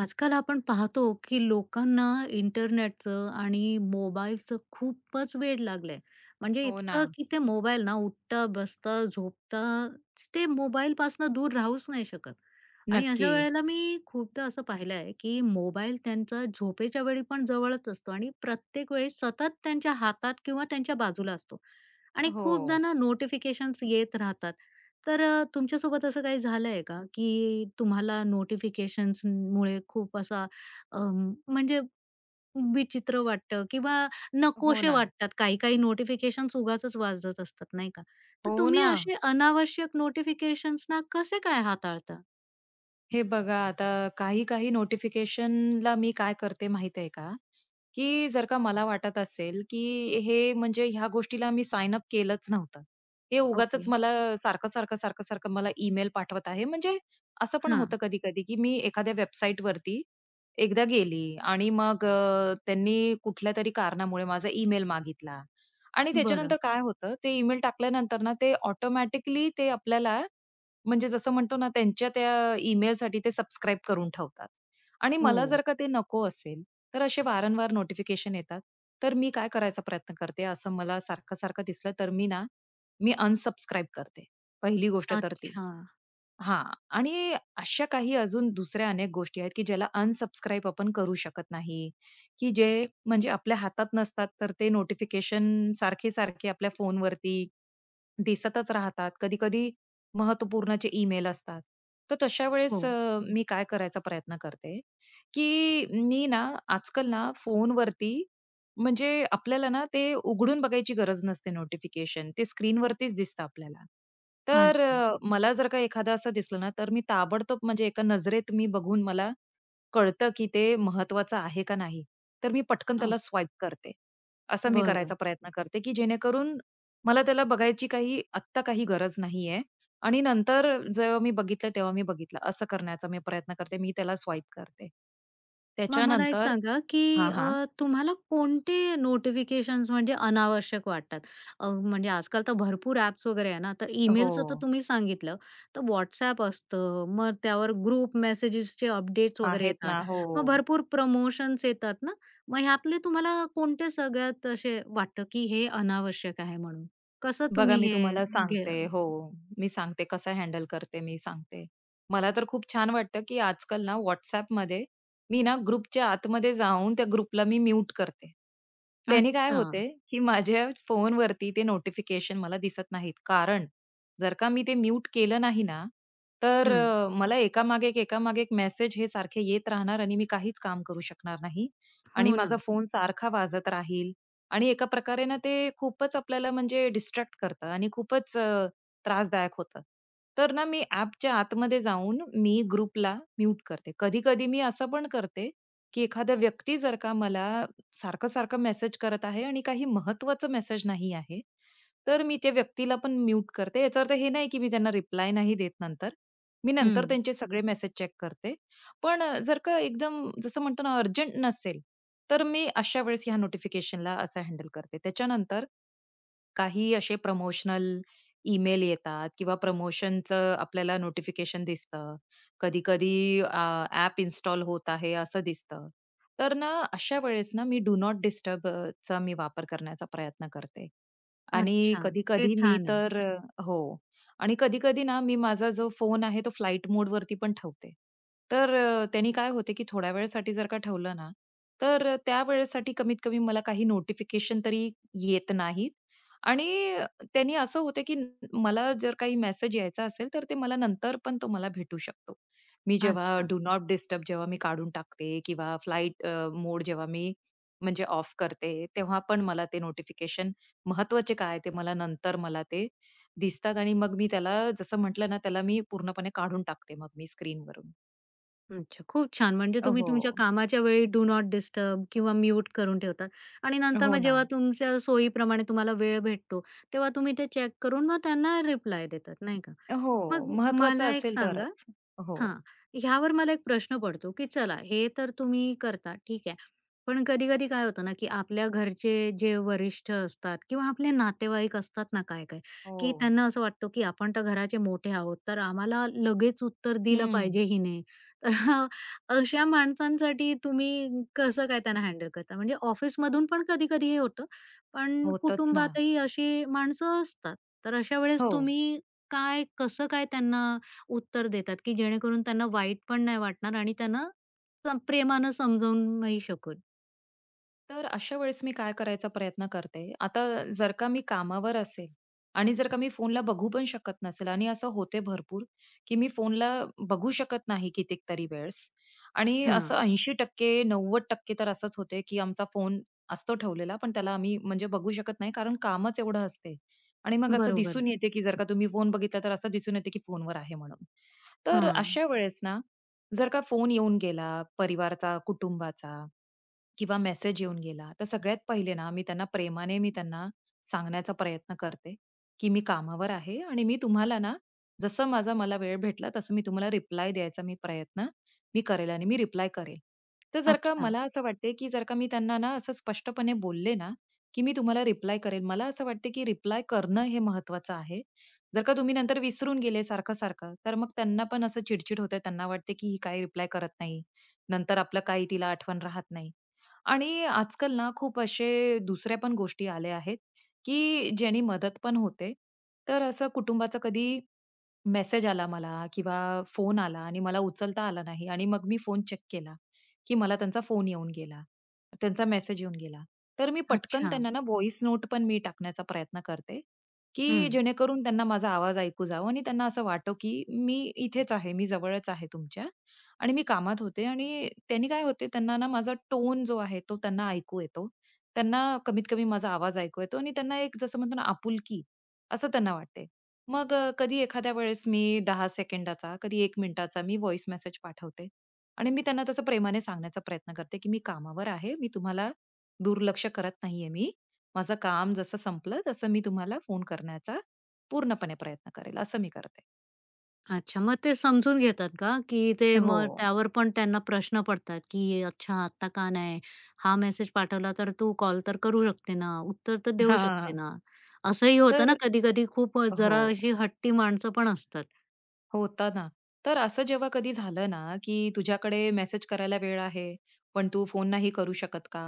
आजकाल आपण पाहतो की लोकांना इंटरनेटचं आणि मोबाईलचं खूपच वेड लागलंय. म्हणजे हो ना. इतकं की ते मोबाईल ना उठता, बसता, झोपता ते मोबाईलपासनं दूर राहूच नाही शकत. आणि अशा नक्की. वेळेला मी खूपदा असं पाहिलं आहे की मोबाईल त्यांचा झोपेच्या वेळी पण जवळच असतो आणि प्रत्येक वेळी सतत त्यांच्या हातात किंवा त्यांच्या बाजूला असतो. आणि हो. खूपदा ना नोटिफिकेशन्स येत राहतात. तुमच्यासोबत असं काही झालंय का, की तुम्हाला नोटिफिकेशन्समुळे खूप असा अं, म्हणजे विचित्र वाटतं किंवा हो नकोशे ना. वाटतात. काही-काही नोटिफिकेशन्स उगाचच वाजत असतात, नाही का? तर हो तुम्ही ना. असे अनावश्यक notifications ना कसे काय हाताळता? हे बघा आता काही-काही नोटिफिकेशनला मी काय करते माहित आहे का, की जर का मला वाटत असेल, की हे म्हणजे ह्या गोष्टीला मी साइन अप केलंच नव्हतं. हे ओके. उगाचच मला सारखं-सारखं, सारखं-सारखं मला ईमेल पाठवत आहे. म्हणजे असं पण हां. होतं कधी-कधी, की मी एखाद्या वेबसाईटवरती एकदा गेली आणि मग त्यांनी कुठल्यातरी कारणामुळे माझा ईमेल मागितला आणि बरं. त्याच्यानंतर काय होतं, ते ईमेल टाकल्यानंतर ना, ते ऑटोमॅटिकली ते आपल्याला म्हणजे जसं म्हणतो ना त्यांच्या त्या ईमेलसाठी ते सबस्क्राईब करून ठेवतात. आणि हो. मला जर का ते नको असेल, तर असे वारंवार नोटिफिकेशन येतात. तर मी काय करायचा प्रयत्न करते, असं मला सारखं-सारखं दिसलं तर मी ना, मी अनसबस्क्राईब करते. पहिली गोष्ट तर ती. अच्छा. हां. आणि अशा काही अजून दुसऱ्या अनेक गोष्टी आहेत, की ज्याला अनसबस्क्राईब आपण करू शकत नाही, की जे म्हणजे आपल्या हातात नसतात, तर ते नोटिफिकेशन सारखे-सारखे आपल्या फोनवरती दिसतच राहतात. कधी-कधी महत्त्वपूर्ण जे ईमेल असतात. तर तशा हो. वेळेस मी काय करायचा प्रयत्न करते, की मी ना आजकाल ना फोनवरती म्हणजे आपल्याला ना ते उघडून बघायची गरज नसते नोटिफिकेशन. ते स्क्रीनवरतीच दिसतं आपल्याला. तर अच्छा. मला जर का एखादं असं दिसलं ना, तर मी ताबडतोब म्हणजे एका नजरेत मी बघून मला कळतं, की ते महत्वाचं आहे का नाही. तर मी पटकन त्याला ओके. स्वाईप करते. असं मी करायचा बरं. प्रयत्न करते, की जेणेकरून मला त्याला बघायची काही आत्ता काही गरज नाहीये आणि नंतर जेव्हा मी बघितलं, तेव्हा मी बघितलं. असं करण्याचा मी प्रयत्न करते. मी त्याला स्वाईप करते. मग मला एक त्याच्यानंतर सांगा, की हां, हां. अ, तुम्हाला कोणते नोटिफिकेशन्स म्हणजे अनावश्यक वाटतात? म्हणजे आजकाल तर भरपूर ॲप्स वगैरे आहे ना, तर हो. ईमेलचं तर तुम्ही सांगितलं. तर WhatsApp असतं, मग त्यावर ग्रुप मेसेजेसचे अपडेट्स वगैरे आहेत येतात. ना. हो. मग भरपूर प्रमोशन्स येतात ना, मग ह्यातले तुम्हाला कोणते सगळ्यात असे वाटतं, की हे अनावश्यक आहे म्हणून? कसं बघा तुम्ही मी हे तुम्हाला घे सांगते हो, मी सांगते कसं हँडल करते मी सांगते. मला तर खूप छान वाटतं, की आजकाल ना WhatsAppमध्ये मी ना ग्रुपच्या आतमध्ये जाऊन त्या ग्रुपला मी म्यूट करते. त्याने काय अच्छा. होते, की माझ्या फोनवरती ते नोटिफिकेशन मला दिसत नाहीत. कारण जर का मी ते म्यूट केलं नाही ना, तर हं. मला एकामागे एक, एकामागे एक मेसेज हे सारखे येत राहणार आणि मी काहीच काम करू शकणार नाही आणि हो माझा ना. फोन सारखा वाजत राहील. आणि एका प्रकारे ना ते खूपच आपल्याला म्हणजे डिस्ट्रॅक्ट करतं आणि खूपच त्रासदायक होतं. तर ना मी ॲपच्या आतमध्ये जाऊन मी ग्रुपला म्यूट करते. कधी-कधी मी असं पण करते, की एखादा व्यक्ती जर का मला सारखं-सारखं मेसेज करत आहे आणि काही महत्त्वाचं मेसेज नाही आहे, तर मी त्या व्यक्तीला पण म्यूट करते. याचा अर्थ हे नाही की मी त्यांना रिप्लाय नाही देत नंतर. मी नंतर हं. त्यांचे सगळे मेसेज चेक करते. पण जर का एकदम जसं म्हणतो ना अर्जंट नसेल तर मी अशा वेळेस ह्या नोटिफिकेशनला असं हँडल करते. त्याच्यानंतर काही असे प्रमोशनल ईमेल येतात किंवा प्रमोशनचं आपल्याला नोटिफिकेशन दिसतं. कधी-कधी अ, ॲप इन्स्टॉल होत आहे असं दिसतं. तर ना अशा वेळेस ना मी डू नॉट डिस्टर्ब ...चा मी वापर करण्याचा प्रयत्न करते. आणि अच्छा. ते कधी-कधी मी छान आहे. तर हो. आणि कधी-कधी ना मी माझा जो फोन आहे तो फ्लाइट मोडवरती पण ठेवते. तर त्यानी काय होते, की थोड्या वेळेसाठी जर का ठेवलं ना, तर त्या वेळेसाठी कमीत कमी मला काही नोटिफिकेशन तरी येत नाहीत आणि त्यांनी असं होतं, की मला जर काही मेसेज यायचा असेल, तर ते मला नंतर पण तो मला भेटू शकतो. मी जेव्हा अच्छा. डू नॉट डिस्टर्ब जेव्हा मी काढून टाकते किंवा फ्लाइट मोड जेव्हा मी म्हणजे ऑफ करते, तेव्हा पण मला ते नोटिफिकेशन महत्त्वाचे काय ते मला नंतर मला ते दिसतात आणि मग मी त्याला जसं म्हटलं ना, त्याला मी पूर्णपणे काढून टाकते मग मी स्क्रीनवरून. अच्छा, खूप छान. म्हणजे तुम्ही तुमच्या हो. कामाच्या वेळी डू नॉट डिस्टर्ब किंवा म्यूट करून ठेवतात आणि नंतर हो मग ना. जेव्हा तुमच्या सोयीप्रमाणे तुम्हाला वेळ भेटतो, तेव्हा तुम्ही ते चेक करून मग त्यांना रिप्लाय देतात, नाही का? हो. मग महत्वाचं मला एक असेल सांगा तरच. हो. हां. ह्यावर मला एक प्रश्न पडतो, की चला हे तर तुम्ही करता, ठीक आहे. पण कधी-कधी काय होतं ना, की आपल्या घरचे जे वरिष्ठ असतात किंवा आपले नातेवाईक असतात ना काय-काय, की हो. त्यांना असं वाटतं, की आपण तर घराचे मोठे आहोत, तर आम्हाला लगेच उत्तर दिलं हं. पाहिजे हिने. तर अशा माणसांसाठी तुम्ही कसं काय त्यांना हँडल करता? म्हणजे ऑफिसमधून पण कधी-कधी हे होतं, पण होतच ना. कुटुंबातही अशी माणसं असतात. तर अशा वेळेस हो. तुम्ही काय, कसं काय त्यांना उत्तर देतात, की जेणेकरून त्यांना वाईट पण नाही वाटणार आणि त्यांना सं प्रेमानं समजावूनही शकून. तर अशा वेळेस मी काय करायचा प्रयत्न करते, आता जर का मी कामावर असेल आणि जर का मी फोनला बघू पण शकत नसेल आणि असं होते भरपूर, की मी फोनला बघू शकत नाही कितीतरी वेळेस आणि असं हां, 80% 90% तर असंच होते, की आमचा फोन असतो ठेवलेला, पण त्याला आम्ही म्हणजे बघू शकत नाही कारण कामच एवढं असते आणि मग असं बरोबर. दिसून येते, की जर का तुम्ही फोन बघितला तर असं दिसून येते, की फोनवर आहे म्हणून. तर हां. अशा वेळेस ना, जर का फोन येऊन गेला परिवाराचा, कुटुंबाचा किंवा मेसेज येऊन गेला, तर सगळ्यात पहिले ना मी त्यांना प्रेमाने मी त्यांना सांगण्याचा प्रयत्न करते, की मी कामावर आहे आणि मी तुम्हाला ना जसं माझा मला वेळ भेटला तसं मी तुम्हाला रिप्लाय द्यायचा मी प्रयत्न मी करेल आणि मी रिप्लाय करेल. तर जर का अच्छा, मला असं वाटते, की जर का मी त्यांना ना असं स्पष्टपणे बोलले ना, की मी तुम्हाला रिप्लाय करेल. मला असं वाटते, की रिप्लाय करणं हे महत्त्वाचं आहे. जर का तुम्ही नंतर विसरून गेले सारखं-सारखं, तर मग त्यांना पण असं चिडचिड होते. त्यांना वाटते, की ही काय रिप्लाय करत नाही. नंतर आपलं काही तिला आठवण राहत नाही. आणि आजकाल ना खूप असे दुसऱ्या पण गोष्टी आल्या आहेत, की ज्यानी मदत पण होते. तर असं कुटुंबाचं कधी मेसेज आला मला किंवा फोन आला आणि मला उचलता आला नाही आणि मग मी फोन चेक केला, की मला त्यांचा फोन येऊन गेला. त्यांचा मेसेज येऊन गेला. तर मी पटकन अच्छा. त्यांना ना व्हॉइस नोट पण मी टाकण्याचा प्रयत्न करते, की हं. जेणेकरून त्यांना माझा आवाज ऐकू जावं आणि त्यांना असं वाटो, की मी इथेच आहे, मी जवळच आहे तुमच्या आणि मी कामात होते आणि त्यांनी काय होते त्यांना ना माझा टोन जो आहे तो त्यांना ऐकू येतो. त्यांना कमीत कमी माझा आवाज ऐकू येतो आणि त्यांना एक जसं म्हणतो ना आपुलकी असं त्यांना वाटते. मग कधी एखाद्या वेळेस मी 10 सेकंदाचा, कधी 1 मिनिटाचा मी व्हॉइस मेसेज पाठवते आणि मी त्यांना तसं प्रेमाने सांगण्याचा प्रयत्न करते, की "मी कामावर आहे. मी तुम्हाला दुर्लक्ष करत नाहीये मी. माझं काम जसं संपलं, तसं मी तुम्हाला फोन करण्याचा पूर्णपणे प्रयत्न करेल." असं मी करते. अच्छा, मग ते समजून घेतात का? की ते हो. मग त्यावर पण त्यांना प्रश्न पडतात, की "अच्छा, आत्ता का नाही? हा मेसेज पाठवला तर तू कॉल तर करू शकते ना, उत्तर तर देऊ शकते हां. ना." असंही होतं ना तर कधी-कधी खूप हो. जरा अशी हट्टी माणसं पण असतात. होता ना. तर असं जेव्हा कधी झालं ना, की तुझ्याकडे मेसेज करायला वेळ आहे, पण तू फोन नाही करू शकत का?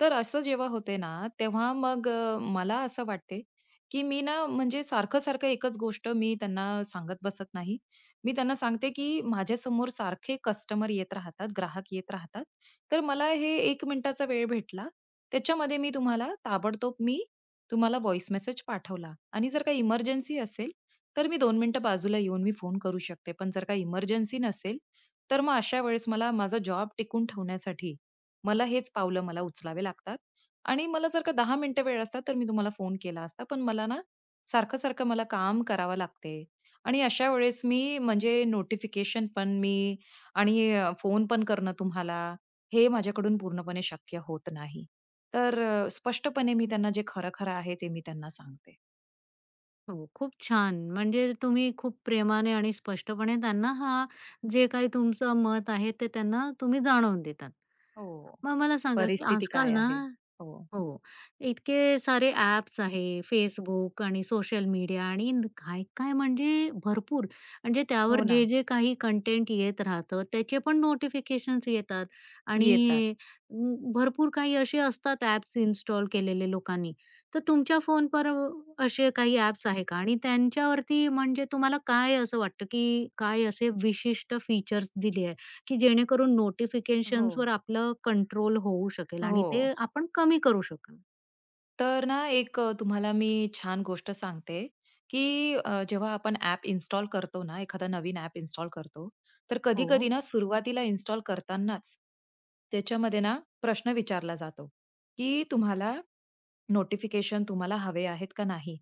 तर असं जेव्हा होते ना, तेव्हा मग मला असं वाटते, की मी ना म्हणजे सारखं-सारखं एकच गोष्ट मी त्यांना सांगत बसत नाही. मी त्यांना सांगते, की माझ्यासमोर सारखे कस्टमर येत राहतात, ग्राहक येत राहतात. तर मला हे 1 मिनिटाचा वेळ भेटला, त्याच्यामध्ये मी तुम्हाला व्हॉईस मेसेज पाठवला आणि जर काही इमर्जन्सी असेल, तर मी 2 मिनिटं बाजूला येऊन मी फोन करू शकते. पण जर काही इमर्जन्सी नसेल, तर मग अशा वेळेस मला माझा जॉब टिकवून ठेवण्यासाठी मला हेच पावलं मला उचलावे लागतात. आणि मला जर का 10 मिनिटं वेळ असता, तर मी तुम्हाला फोन केला असता. पण मला ना सारखं-सारखं मला काम करावं लागते. आणि अशा वेळेस मी म्हणजे नोटिफिकेशन पण मी आणि फोन पण करणं तुम्हाला, हे माझ्याकडून पूर्णपणे शक्य होत नाही. तर स्पष्टपणे मी त्यांना जे खरं-खरं आहे, ते मी त्यांना सांगते. हो, खूप छान. म्हणजे तुम्ही खूप प्रेमाने आणि स्पष्टपणे त्यांना हा जे काही तुमचं मत आहे, ते त्यांना तुम्ही जाणवून देतात. हो. मग मला सांगा, की परिस्थिती आजकाल काय ना आहे? हो. हो. इतके सारे ॲप्स आहे, Facebook आणि सोशल मीडिया आणि काय-काय म्हणजे भरपूर. म्हणजे त्यावर हो ना, जे, जे काही कंटेंट येत राहतं, त्याचे पण नोटिफिकेशन्स येतात येतात. आणि भरपूर काही असे असतात ॲप्स इन्स्टॉल केलेले लोकांनी. तर तुमच्या फोनवर असे काही ॲप्स आहे का? आणि त्यांच्यावरती म्हणजे तुम्हाला काय असं वाटतं, की काय असे विशिष्ट फीचर्स दिले की जेणेकरून हो, नोटिफिकेशन्सवर आपलं कंट्रोल होऊ शकेल आणि हो. ते आपण कमी करू शकू. तर ना एक तुम्हाला मी छान गोष्ट सांगते, की जेव्हा आपण ॲप इन्स्टॉल करतो ना, एखादा नवीन ॲप इन्स्टॉल करतो, तर हो. कधी-कधी ना सुरुवातीला इन्स्टॉल करतानाच त्याच्यामध्ये ना प्रश्न विचारला जातो, की तुम्हाला नोटिफिकेशन तुम्हाला हवे आहेत का नाही.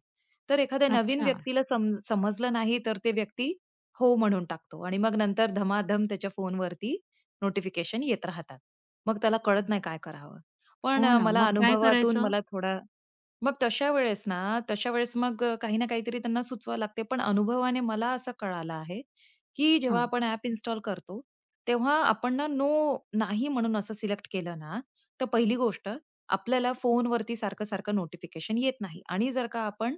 तर एखाद्या नवीन अच्छा. व्यक्तीला समजलं नाही तर ते व्यक्ती हो म्हणून टाकतो आणि मग नंतर धमाधम त्याच्या फोनवरती नोटिफिकेशन येत राहतात. मग त्याला कळत नाही काय करावं. पण हो ना. मला मग बरोबर. काय अनुभवातून करायचं? मला थोडा मग तशा वेळेस ना, तशा वेळेस मग काही ना काहीतरी त्यांना सुचवावं लागते. पण अनुभवाने मला असं कळालं आहे, की जेव्हा हं. आपण ॲप इन्स्टॉल करतो, तेव्हा आपण ना, नाही म्हणून असं सिलेक्ट केलं ना, तर पहिली गोष्ट आपल्याला फोनवरती सारखं-सारखं नोटिफिकेशन येत नाही आणि जर का आपण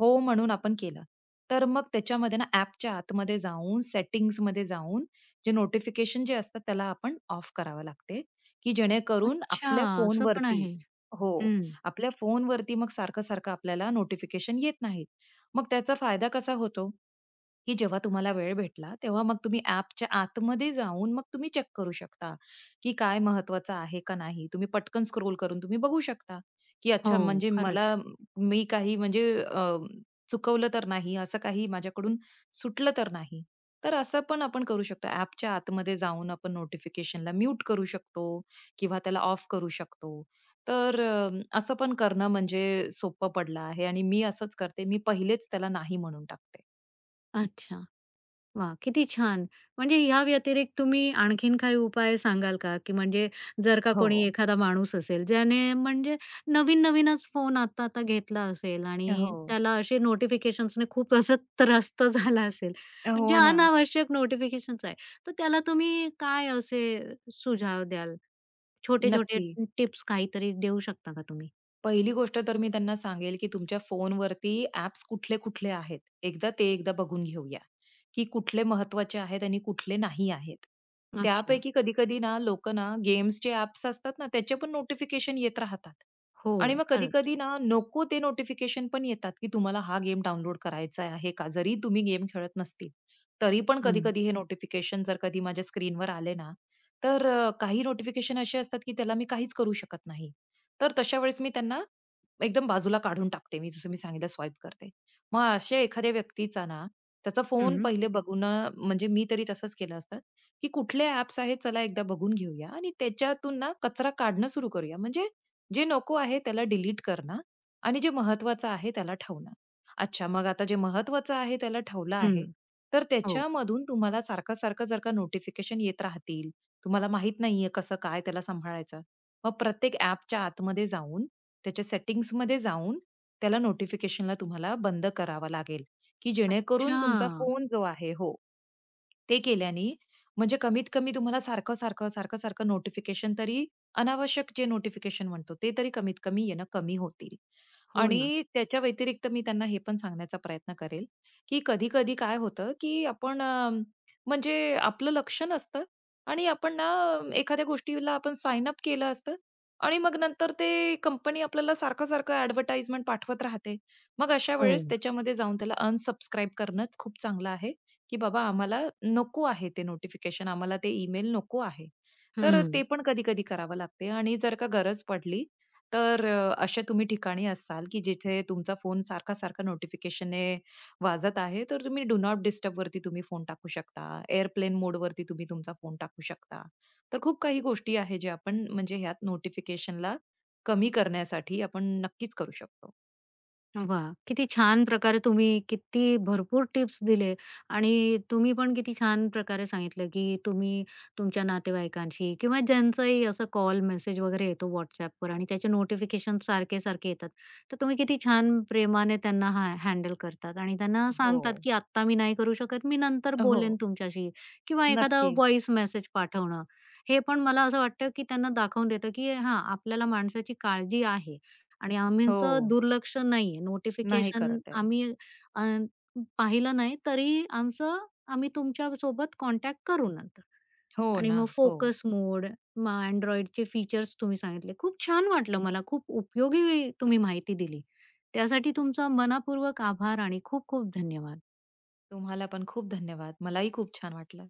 हो म्हणून आपण केलं, तर मग त्याच्यामध्ये ना ॲपच्या आतमध्ये जाऊन, सेटिंग्जमध्ये जाऊन जे नोटिफिकेशन जे असतात त्याला आपण ऑफ करावं लागते, की जेणेकरून अच्छा. आपल्या असं पण फोनवरती आहे. हो, हं. आपल्या फोनवरती मग सारखं-सारखं आपल्याला नोटिफिकेशन येत नाहीत. मग त्याचा फायदा कसा होतो? की जेव्हा तुम्हाला वेळ भेटला, तेव्हा मग तुम्ही ॲपच्या आतमध्ये जाऊन मग तुम्ही चेक करू शकता, की काय महत्वाचं आहे का नाही. तुम्ही पटकन स्क्रोल करून तुम्ही बघू शकता, की हो. अच्छा म्हणजे मला खरंच. मी काही म्हणजे चुकवलं तर नाही, असं काही माझ्याकडून सुटलं तर नाही. तर असं पण आपण करू शकतो. ॲपच्या आतमध्ये जाऊन आपण नोटिफिकेशनला म्यूट करू शकतो किंवा त्याला ऑफ करू शकतो. तर असं पण करणं म्हणजे सोपं पडलं आहे आणि मी असंच करते. मी पहिलेच त्याला नाही म्हणून टाकते. अच्छा. वा, किती छान. म्हणजे ह्या व्यतिरिक्त तुम्ही आणखीन काही उपाय सांगाल का? की म्हणजे जर का कोणी हो. एखादा माणूस असेल, ज्याने म्हणजे नवीन-नवीनच फोन आता-आता घेतला असेल आणि हो. त्याला असे नोटिफिकेशन्सने खूप असं त्रस्त झाला असेल, म्हणजे हो ना. अनावश्यक नोटिफिकेशन्स आहे. तर त्याला तुम्ही काय असे सुझाव द्याल? छोटे-छोटे नक्की. टिप्स काहीतरी देऊ शकता का तुम्ही? पहिली गोष्ट तर मी त्यांना सांगेल, की तुमच्या फोनवरती ॲप्स कुठले-कुठले आहेत. एकदा ते एकदा बघून घेऊया, की कुठले महत्वाचे आहेत आणि कुठले नाही आहेत. अच्छा. त्यापैकी कधी-कधी ना लोकं ना गेम्सचे ॲप्स असतात ना, त्याचे पण नोटिफिकेशन येत राहतात. हो, आणि मग खरंच. कधी-कधी ना नको ते नोटिफिकेशन पण येतात, की तुम्हाला हा गेम डाउनलोड करायचा आहे का? जरी तुम्ही गेम खेळत नसतील, तरी पण हं, कधी-कधी हे नोटिफिकेशन जर कधी माझ्या स्क्रीनवर आले ना, तर काही नोटिफिकेशन असे असतात, की त्याला मी काहीच करू शकत नाही. तर तशा वेळेस मी त्यांना एकदम बाजूला काढून टाकते. मी जसं मी सांगितलं स्वाईप करते. मग अशा एखाद्या व्यक्तीचा ना, त्याचा फोन हं, पहिले बघून म्हणजे मी तरी तसंच केलं असतं, की कुठले ॲप्स आहेत चला एकदा बघून घेऊया आणि त्याच्यातून ना कचरा काढणं सुरू करूया. म्हणजे जे नको आहे त्याला डिलीट करणं आणि जे महत्वाचं आहे त्याला ठेवणं. अच्छा मग आता जे महत्वाचं आहे त्याला ठेवलं हं. आहे, तर हो. त्याच्यामधून तुम्हाला सारखं-सारखं जर का नोटिफिकेशन येत राहतील, तुम्हाला माहीत नाहीये कसं काय त्याला सांभाळायचं, मग प्रत्येक ॲपच्या आतमध्ये जाऊन, त्याच्या सेटिंग्जमध्ये जाऊन, त्याला नोटिफिकेशनला तुम्हाला बंद करावा लागेल, की जेणेकरून अच्छा. तुमचा फोन जो आहे हो, ते केल्याने म्हणजे कमीत कमी तुम्हाला सारखं-सारखं, सारखं-सारखं नोटिफिकेशन तरी अनावश्यक जे नोटिफिकेशन म्हणतो, ते तरी कमीत कमी येणं कमी होतील. हो ना. आणि त्याच्या व्यतिरिक्त मी त्यांना हे पण सांगण्याचा प्रयत्न करेल, की कधी-कधी काय होतं, की आपण म्हणजे आपलं लक्ष नसतं आणि आपण ना एखाद्या गोष्टीला आपण साइन अप केलं असतं आणि मग नंतर ते कंपनी आपल्याला सारखं-सारखं ॲडव्हर्टाइजमेंट पाठवत राहते. मग अशा हो. वेळेस त्याच्यामध्ये जाऊन त्याला अनसबस्क्राईब करणंच खूप चांगलं आहे, की बाबा आम्हाला नको आहे ते नोटिफिकेशन, आम्हाला ते ईमेल नको आहे. तर ते हं. पण कधी-कधी करावं लागते आणि जर का गरज पडली, तर अशा तुम्ही ठिकाणी असाल, की जिथे तुमचा फोन सारखा-सारखा नोटिफिकेशनने वाजत आहे, तर तुम्ही डू नॉट डिस्टर्बवरती तुम्ही फोन टाकू शकता. एअरप्लेन मोडवरती तुम्ही तुमचा फोन टाकू शकता. तर खूप काही गोष्टी आहे ज्या आपण म्हणजे ह्यात नोटिफिकेशनला कमी करण्यासाठी आपण नक्कीच करू शकतो. वाह! किती छान प्रकारे तुम्ही किती भरपूर टिप्स दिले आणि तुम्ही पण किती छान प्रकारे सांगितलं, की तुम्ही तुमच्या नातेवाईकांशी किंवा ज्यांचाही असा कॉल, मेसेज वगैरे येतो WhatsAppवर आणि त्याचे नोटिफिकेशन सारखे-सारखे येतात. तर तुम्ही किती छान प्रेमाने त्यांना हॅ हँडल करतात आणि त्यांना सांगतात, हो, की "आत्ता मी नाही करू शकत, मी नंतर हो. बोलेन तुमच्याशी" किंवा एखादा नक्की. व्हॉईस मेसेज पाठवणं. हे पण मला असं वाटतं, की त्यांना दाखवून देतं, की हां, आपल्याला माणसाची काळजी आहे. आणि आमचं हो. दुर्लक्ष नाहीये. नाही नोटिफिकेशन करत आहे. आम्ही अ, पाहिलं नाही तरी आमचं आम्ही तुमच्या सोबत कॉन्टॅक्ट करू नंतर. हो आणि ना. मग हो. फोकस मोड, मग Androidचे फीचर्स तुम्ही सांगितले. खूप छान वाटलं मला. खूप उपयोगी तुम्ही माहिती दिली. त्यासाठी तुमचा मनःपूर्वक आभार आणि खूप खूप धन्यवाद. तुम्हाला पण खूप धन्यवाद. मलाही खूप छान वाटलं.